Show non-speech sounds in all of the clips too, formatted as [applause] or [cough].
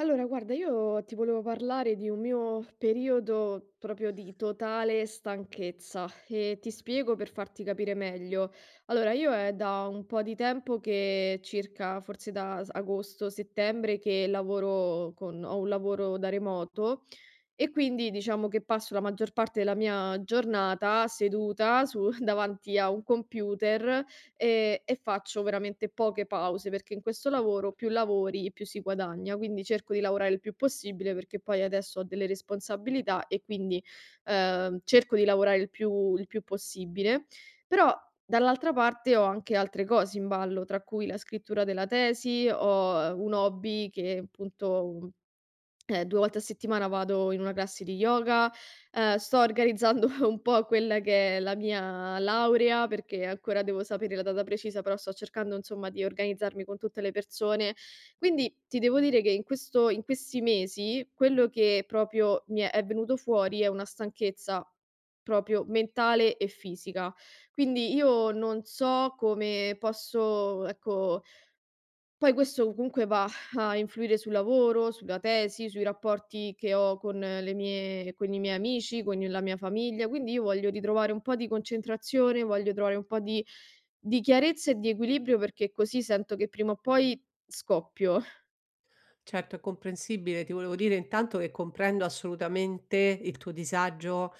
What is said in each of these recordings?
Allora, guarda, io ti volevo parlare di un mio periodo proprio di totale stanchezza e ti spiego per farti capire meglio. Allora, io è da un po' di tempo che circa forse da agosto, settembre che ho un lavoro da remoto e quindi diciamo che passo la maggior parte della mia giornata seduta su [laughs] davanti a un computer, e faccio veramente poche pause, perché in questo lavoro più lavori più si guadagna, quindi cerco di lavorare il più possibile perché poi adesso ho delle responsabilità e quindi, cerco di lavorare il più possibile. Però dall'altra parte ho anche altre cose in ballo, tra cui la scrittura della tesi, ho un hobby che appunto 2 volte a settimana vado in una classe di yoga, sto organizzando [laughs] un po' quella che è la mia laurea, perché ancora devo sapere la data precisa, però sto cercando insomma di organizzarmi con tutte le persone. Quindi ti devo dire che in questi mesi, quello che proprio mi è venuto fuori è una stanchezza proprio mentale e fisica. Quindi io non so come posso, ecco, poi questo comunque va a influire sul lavoro, sulla tesi, sui rapporti che ho con i miei amici, con la mia famiglia, quindi io voglio ritrovare un po' di concentrazione, voglio trovare un po' di chiarezza e di equilibrio perché così sento che prima o poi scoppio. Certo, è comprensibile. Ti volevo dire intanto che comprendo assolutamente il tuo disagio,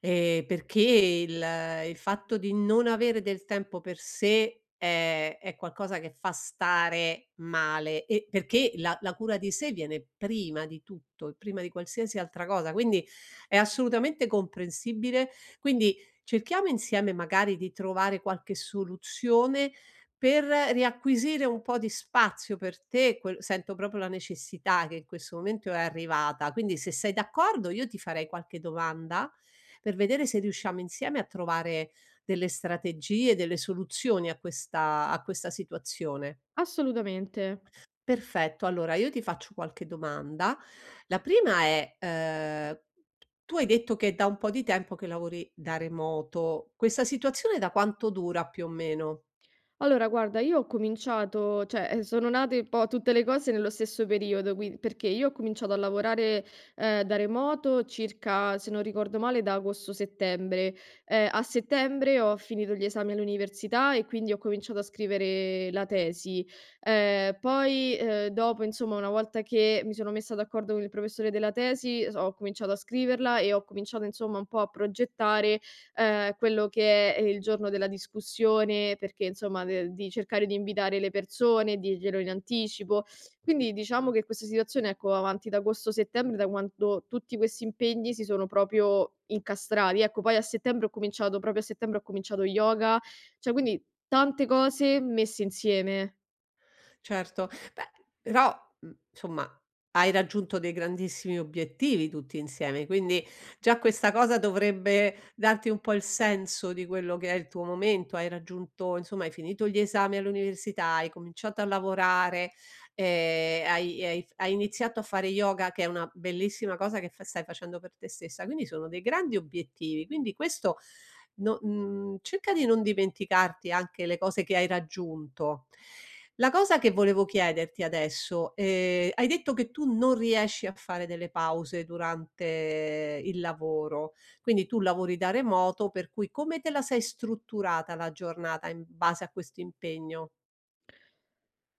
perché il fatto di non avere del tempo per sé è qualcosa che fa stare male e perché la cura di sé viene prima di tutto e prima di qualsiasi altra cosa, quindi è assolutamente comprensibile. Quindi cerchiamo insieme magari di trovare qualche soluzione per riacquisire un po' di spazio per te, quel sento proprio la necessità che in questo momento è arrivata. Quindi se sei d'accordo io ti farei qualche domanda per vedere se riusciamo insieme a trovare delle strategie, delle soluzioni a questa situazione. Assolutamente. Perfetto, allora io ti faccio qualche domanda. La prima è, tu hai detto che è da un po' di tempo che lavori da remoto. Questa situazione da quanto dura più o meno? Allora guarda, io ho sono nate un po' tutte le cose nello stesso periodo, qui perché io ho cominciato a lavorare, da remoto circa, se non ricordo male, da agosto-settembre. A settembre ho finito gli esami all'università e quindi ho cominciato a scrivere la tesi. Poi, dopo insomma, una volta che mi sono messa d'accordo con il professore della tesi, s ho cominciato a scriverla e ho cominciato insomma un po' a progettare quello che è il giorno della discussione, perché insomma de di cercare di invitare le persone, dirglielo in anticipo. Quindi diciamo che questa situazione, ecco, va avanti da agosto, settembre, da quando tutti questi impegni si sono proprio incastrati. Ecco, poi a settembre ho cominciato proprio a settembre ho cominciato yoga, cioè quindi tante cose messe insieme. Certo. Beh, però, insomma, hai raggiunto dei grandissimi obiettivi tutti insieme, quindi già questa cosa dovrebbe darti un po' il senso di quello che è il tuo momento. Hai raggiunto insomma, hai finito gli esami all'università, hai cominciato a lavorare, hai iniziato a fare yoga, che è una bellissima cosa che f stai facendo per te stessa, quindi sono dei grandi obiettivi. Quindi questo no cerca di non dimenticarti anche le cose che hai raggiunto. La cosa che volevo chiederti adesso, hai detto che tu non riesci a fare delle pause durante il lavoro, quindi tu lavori da remoto, per cui come te la sei strutturata la giornata in base a questo impegno?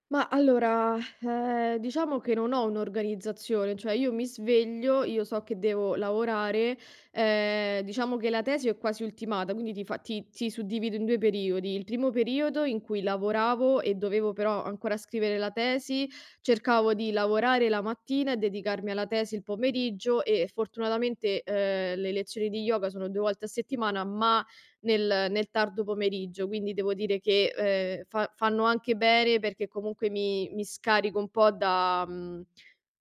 Ma allora, diciamo che non ho un'organizzazione, cioè io mi sveglio, io so che devo lavorare, diciamo che la tesi è quasi ultimata, quindi ti fa ti ti suddivido in 2 periodi. Il primo periodo in cui lavoravo e dovevo però ancora scrivere la tesi, cercavo di lavorare la mattina e dedicarmi alla tesi il pomeriggio e fortunatamente, le lezioni di yoga sono 2 volte a settimana, ma nel tardo pomeriggio, quindi devo dire che, fa fanno anche bene perché comunque mi scarico un po' da mhmm,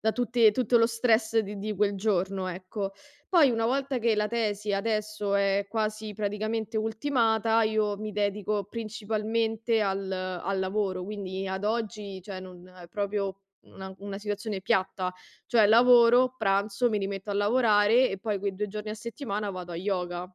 da tutte tutto lo stress di quel giorno, ecco. Poi una volta che la tesi adesso è quasi praticamente ultimata, io mi dedico principalmente al lavoro, quindi ad oggi, cioè non è proprio una situazione piatta, cioè lavoro, pranzo, mi rimetto a lavorare e poi quei 2 giorni a settimana vado a yoga.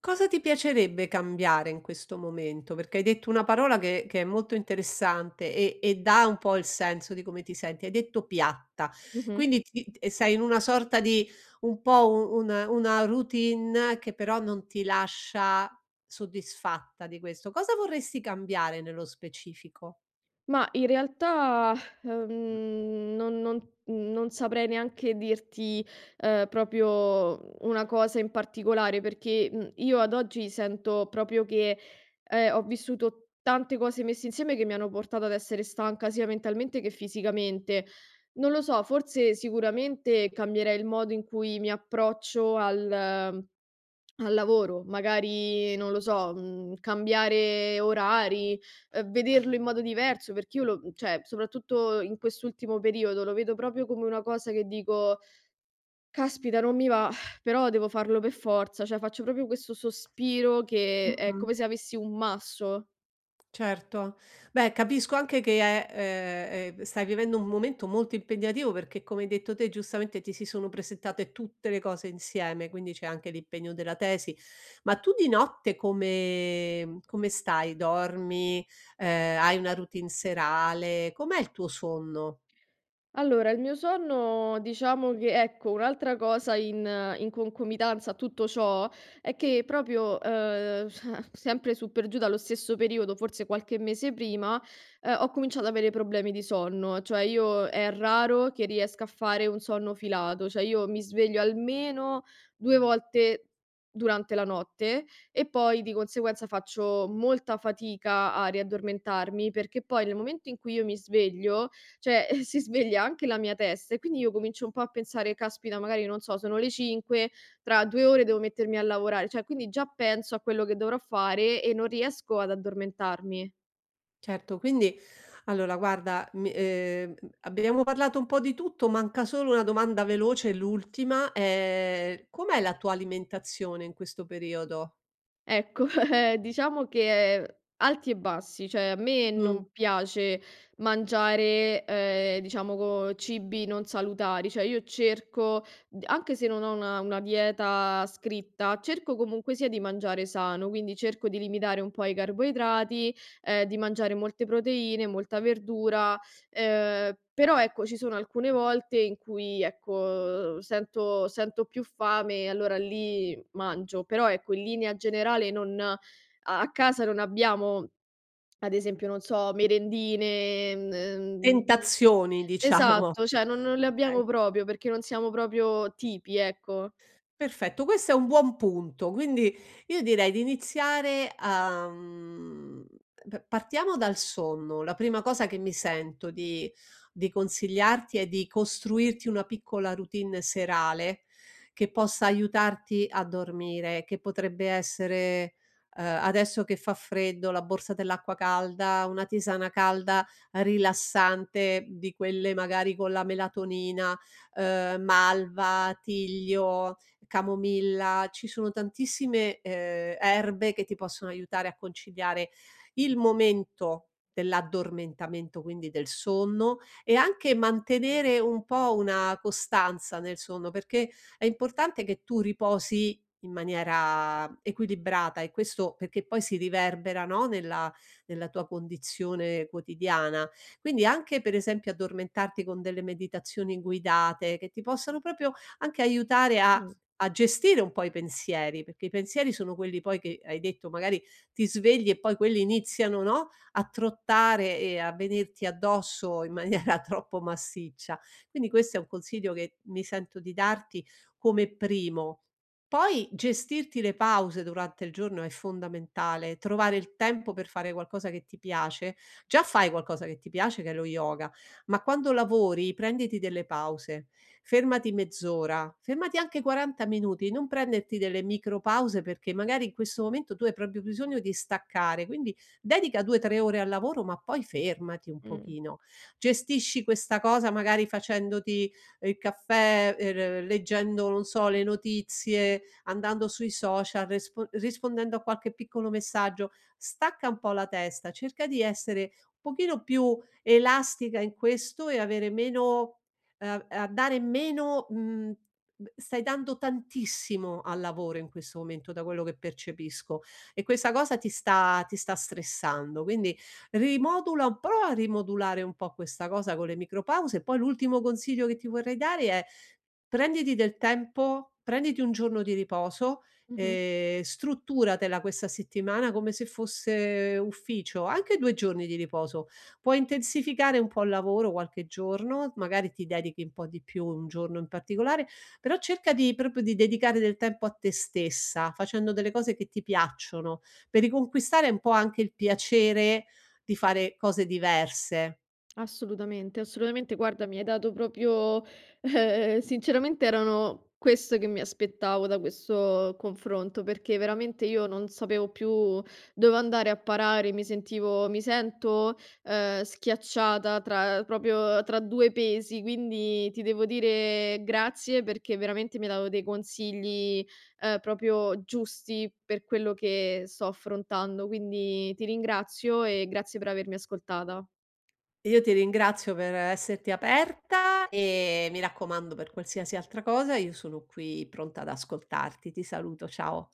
Cosa ti piacerebbe cambiare in questo momento? Perché hai detto una parola che è molto interessante e dà un po' il senso di come ti senti. Hai detto "piatta", Mh-mh. quindi ti e sei in una sorta di un po' u una routine che però non ti lascia soddisfatta di questo. Cosa vorresti cambiare nello specifico? Ma in realtà, non saprei neanche dirti, proprio una cosa in particolare, perché, mhmm, io ad oggi sento proprio che, ho vissuto tante cose messe insieme che mi hanno portato ad essere stanca sia mentalmente che fisicamente. Non lo so, forse sicuramente cambierei il modo in cui mi approccio al lavoro, magari non lo so, mhmm, cambiare orari, vederlo in modo diverso, perché cioè soprattutto in quest'ultimo periodo lo vedo proprio come una cosa che dico: "Caspita, non mi va, però devo farlo per forza." Cioè faccio proprio questo sospiro che è Mh-mh. come se avessi un masso. Certo. Beh, capisco anche che è, stai vivendo un momento molto impegnativo perché, come hai detto te, giustamente ti si sono presentate tutte le cose insieme, quindi c'è anche l'impegno della tesi. Ma tu di notte come stai? Dormi? Hai una routine serale? Com'è il tuo sonno? Allora, il mio sonno diciamo che, ecco, un'altra cosa in in concomitanza a tutto ciò è che proprio, [laughs] sempre su per giù dallo stesso periodo, forse qualche mese prima, ho cominciato ad avere problemi di sonno. Cioè io è raro che riesca a fare un sonno filato, cioè io mi sveglio almeno 2 volte durante la notte e poi di conseguenza faccio molta fatica a riaddormentarmi, perché poi nel momento in cui io mi sveglio cioè [laughs] si sveglia anche la mia testa e quindi io comincio un po' a pensare: "Caspita, magari non so, sono le 5, tra 2 ore devo mettermi a lavorare". Cioè, quindi già penso a quello che dovrò fare e non riesco ad addormentarmi. Certo, quindi allora guarda, mi abbiamo parlato un po' di tutto, manca solo una domanda veloce, l'ultima, com'è la tua alimentazione in questo periodo? Ecco, [laughs] diciamo che alti e bassi, cioè a me Mh. non piace mangiare, diciamo co cibi non salutari, cioè io cerco d anche se non ho una dieta scritta, cerco comunque sia di mangiare sano, quindi cerco di limitare un po' i carboidrati, di mangiare molte proteine, molta verdura, però ecco ci sono alcune volte in cui ecco sento più fame e allora lì mangio, però ecco, in linea generale non a a casa non abbiamo, ad esempio, non so, merendine, mhmm, s Tentazioni diciamo, esatto, cioè okay. non le abbiamo proprio, perché non siamo proprio tipi, ecco. Perfetto, questo è un buon punto. Quindi io direi di iniziare a p partiamo dal sonno. La prima cosa che mi sento di consigliarti è di costruirti una piccola routine serale che possa aiutarti a dormire, che potrebbe essere, adesso che fa freddo, la borsa dell'acqua calda, una tisana calda rilassante, di quelle magari con la melatonina, malva, tiglio, camomilla, ci sono tantissime, erbe che ti possono aiutare a conciliare il momento dell'addormentamento, quindi del sonno, e anche mantenere un po' una costanza nel sonno, perché è importante che tu riposi in maniera equilibrata e questo perché poi si riverbera, no, nella tua condizione quotidiana. Quindi anche, per esempio, addormentarti con delle meditazioni guidate che ti possano proprio anche aiutare a Mh, gestire un po' i pensieri, perché i pensieri sono quelli poi che hai detto magari ti svegli e poi quelli iniziano, no, a trottare e a venirti addosso in maniera [laughs] troppo massiccia. Quindi questo è un consiglio che mi sento di darti come primo. Poi gestirti le pause durante il giorno è fondamentale, trovare il tempo per fare qualcosa che ti piace. Già fai qualcosa che ti piace, che è lo yoga, ma quando lavori prenditi delle pause, fermati mezz'ora, fermati anche 40 minuti, non prenderti delle micro pause perché magari in questo momento tu hai proprio bisogno di staccare, quindi dedica 2, 3 ore al lavoro, ma poi fermati un mh, pochino. Gestisci questa cosa magari facendoti il caffè, leggendo, non so, le notizie, andando sui social, respo rispondendo a qualche piccolo messaggio. Stacca un po' la testa, cerca di essere un pochino più elastica in questo e avere meno a dare meno b stai dando tantissimo al lavoro in questo momento, da quello che percepisco, e questa cosa ti sta stressando. Quindi rimodula un po', prova a rimodulare un po' questa cosa con le micropause. E poi l'ultimo consiglio che ti vorrei dare è: prenditi del tempo, prenditi un giorno di riposo, mh-mh. Strutturatela questa settimana come se fosse ufficio, anche 2 giorni di riposo. Puoi intensificare un po' il lavoro qualche giorno, magari ti dedichi un po' di più un giorno in particolare, però cerca di proprio di dedicare del tempo a te stessa, facendo delle cose che ti piacciono, per riconquistare un po' anche il piacere di fare cose diverse. Assolutamente, assolutamente. Guarda, mi hai dato proprio sinceramente erano questo che mi aspettavo da questo confronto, perché veramente io non sapevo più dove andare a parare, mi sento, schiacciata tra 2 pesi, quindi ti devo dire grazie perché veramente mi hai dato dei consigli, proprio giusti per quello che sto affrontando. Quindi ti ringrazio e grazie per avermi ascoltata. Io ti ringrazio per esserti aperta e mi raccomando per qualsiasi altra cosa, io sono qui pronta ad ascoltarti. Ti saluto, ciao.